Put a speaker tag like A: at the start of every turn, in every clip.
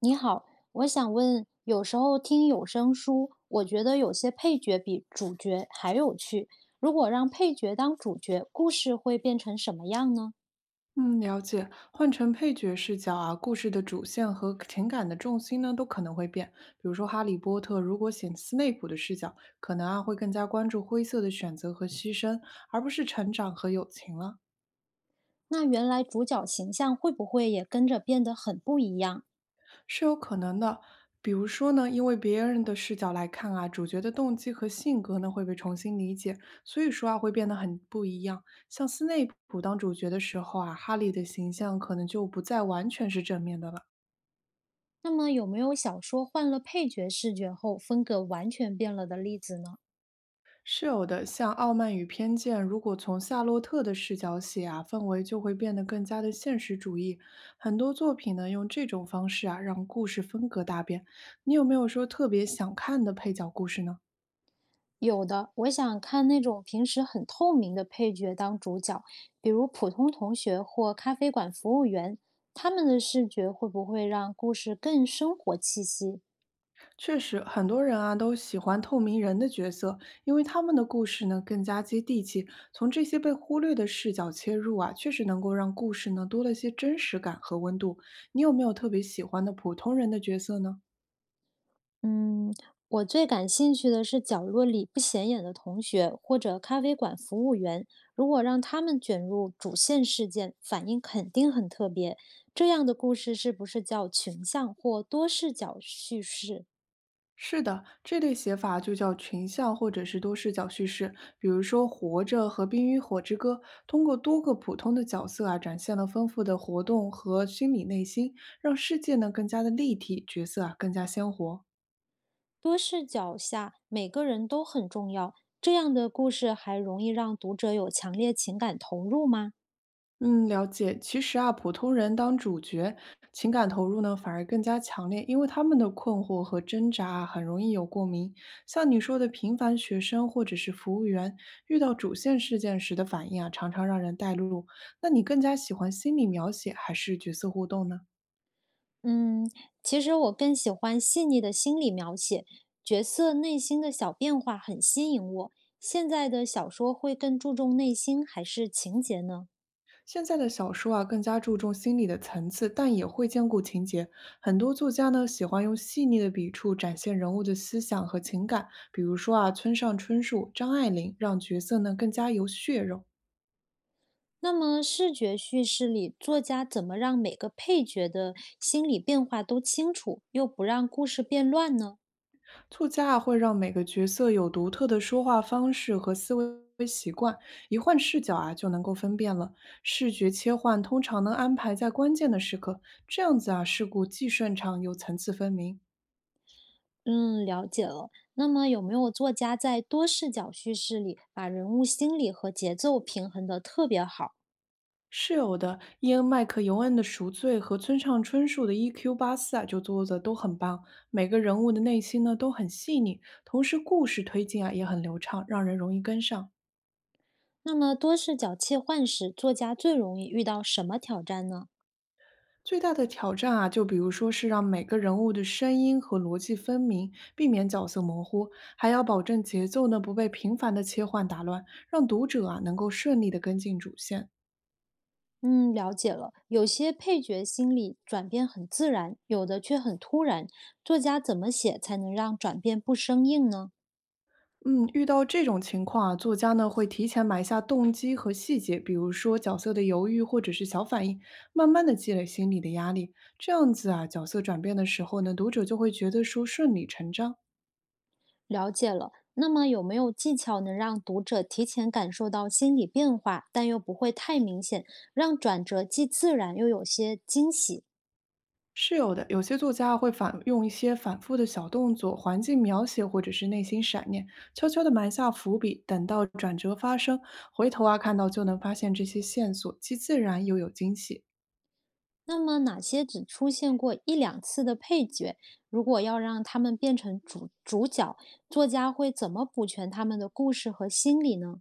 A: 你好，我想问，有时候听有声书，我觉得有些配角比主角还有趣。如果让配角当主角，故事会变成什么样呢？
B: 嗯，了解。换成配角视角啊，故事的主线和情感的重心呢，都可能会变。比如说《哈利波特》，如果选斯内普的视角，可能啊会更加关注灰色的选择和牺牲，而不是成长和友情了。
A: 那原来主角形象会不会也跟着变得很不一样？
B: 是有可能的。比如说呢，因为别人的视角来看啊，主角的动机和性格呢会被重新理解，所以说啊会变得很不一样。像斯内普当主角的时候啊，哈利的形象可能就不再完全是正面的了。
A: 那么有没有小说换了配角视角后，风格完全变了的例子呢？
B: 是有的，像《傲慢与偏见》，如果从夏洛特的视角写啊，氛围就会变得更加的现实主义。很多作品呢，用这种方式啊，让故事风格大变。你有没有说特别想看的配角故事呢？
A: 有的，我想看那种平时很透明的配角当主角，比如普通同学或咖啡馆服务员，他们的视觉会不会让故事更生活气息？
B: 确实，很多人啊都喜欢透明人的角色，因为他们的故事呢更加接地气。从这些被忽略的视角切入啊，确实能够让故事呢多了些真实感和温度。你有没有特别喜欢的普通人的角色呢？
A: 嗯，我最感兴趣的是角落里不显眼的同学或者咖啡馆服务员，如果让他们卷入主线事件，反应肯定很特别。这样的故事是不是叫群像或多视角叙事？
B: 是的，这类写法就叫群像或者是多视角叙事。比如说，《活着》和《冰与火之歌》通过多个普通的角色啊，展现了丰富的活动和心理内心，让世界呢更加的立体，角色啊更加鲜活。
A: 多视角下，每个人都很重要。这样的故事还容易让读者有强烈情感投入吗？
B: 嗯，了解。其实啊，普通人当主角，情感投入呢反而更加强烈，因为他们的困惑和挣扎啊很容易有共鸣。像你说的，平凡学生或者是服务员遇到主线事件时的反应啊，常常让人带入。那你更加喜欢心理描写还是角色互动呢？
A: 嗯，其实我更喜欢细腻的心理描写，角色内心的小变化很吸引我。现在的小说会更注重内心还是情节呢？
B: 现在的小说啊，更加注重心理的层次，但也会兼顾情节。很多作家呢，喜欢用细腻的笔触展现人物的思想和情感，比如说啊，村上春树、张爱玲，让角色呢更加有血肉。
A: 那么视觉叙事里，作家怎么让每个配角的心理变化都清楚，又不让故事变乱呢？
B: 作家啊，会让每个角色有独特的说话方式和思维习惯，一换视角啊，就能够分辨了。视觉切换通常能安排在关键的时刻，这样子啊，事故既顺畅又层次分明。
A: 嗯，了解了。那么有没有作家在多视角叙事里把人物心理和节奏平衡得特别好？
B: 是有的，伊恩·麦克尤恩的《赎罪》和村上春树的《E.Q. 八四》啊，就做的都很棒。每个人物的内心呢都很细腻，同时故事推进啊也很流畅，让人容易跟上。
A: 那么多视角切换时，作家最容易遇到什么挑战呢？
B: 最大的挑战啊，就比如说是让每个人物的声音和逻辑分明，避免角色模糊，还要保证节奏呢不被频繁的切换打乱，让读者啊能够顺利的跟进主线。
A: 嗯，了解了。有些配角心理转变很自然，有的却很突然。作家怎么写才能让转变不生硬呢？
B: 嗯，遇到这种情况啊，作家呢会提前埋下动机和细节，比如说角色的犹豫或者是小反应，慢慢的积累心理的压力。这样子啊，角色转变的时候呢，读者就会觉得说顺理成章。
A: 了解了。那么有没有技巧能让读者提前感受到心理变化，但又不会太明显，让转折既自然又有些惊喜？
B: 是有的，有些作家啊会反用一些反复的小动作、环境描写或者是内心闪念，悄悄地埋下伏笔，等到转折发生，回头啊看到就能发现这些线索，既自然又有惊喜。
A: 那么哪些只出现过一两次的配角，如果要让他们变成主主角，作家会怎么补全他们的故事和心理呢？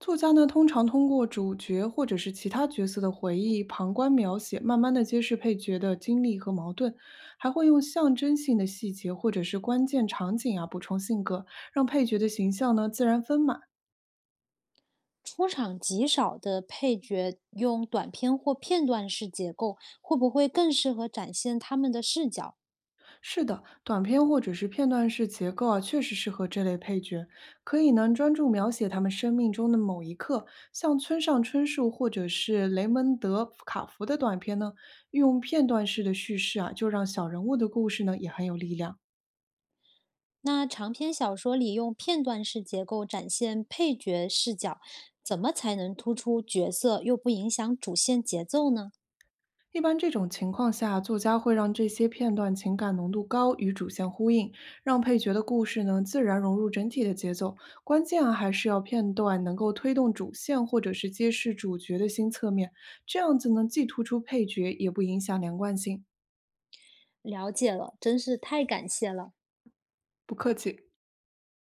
B: 作家呢，通常通过主角或者是其他角色的回忆、旁观描写，慢慢的揭示配角的经历和矛盾，还会用象征性的细节或者是关键场景啊补充性格，让配角的形象呢自然丰满。
A: 出场极少的配角用短篇或片段式结构，会不会更适合展现他们的视角？
B: 是的，短片或者是片段式结构啊，确实适合这类配角，可以呢专注描写他们生命中的某一刻，像村上春树或者是雷蒙德·卡福的短片呢，用片段式的叙事啊，就让小人物的故事呢也很有力量。
A: 那长篇小说里用片段式结构展现配角视角，怎么才能突出角色又不影响主线节奏呢？
B: 一般这种情况下，作家会让这些片段情感浓度高，与主线呼应，让配角的故事呢自然融入整体的节奏。关键啊，还是要片段能够推动主线，或者是揭示主角的新侧面，这样子呢，既突出配角，也不影响连贯性。
A: 了解了，真是太感谢了。
B: 不客气。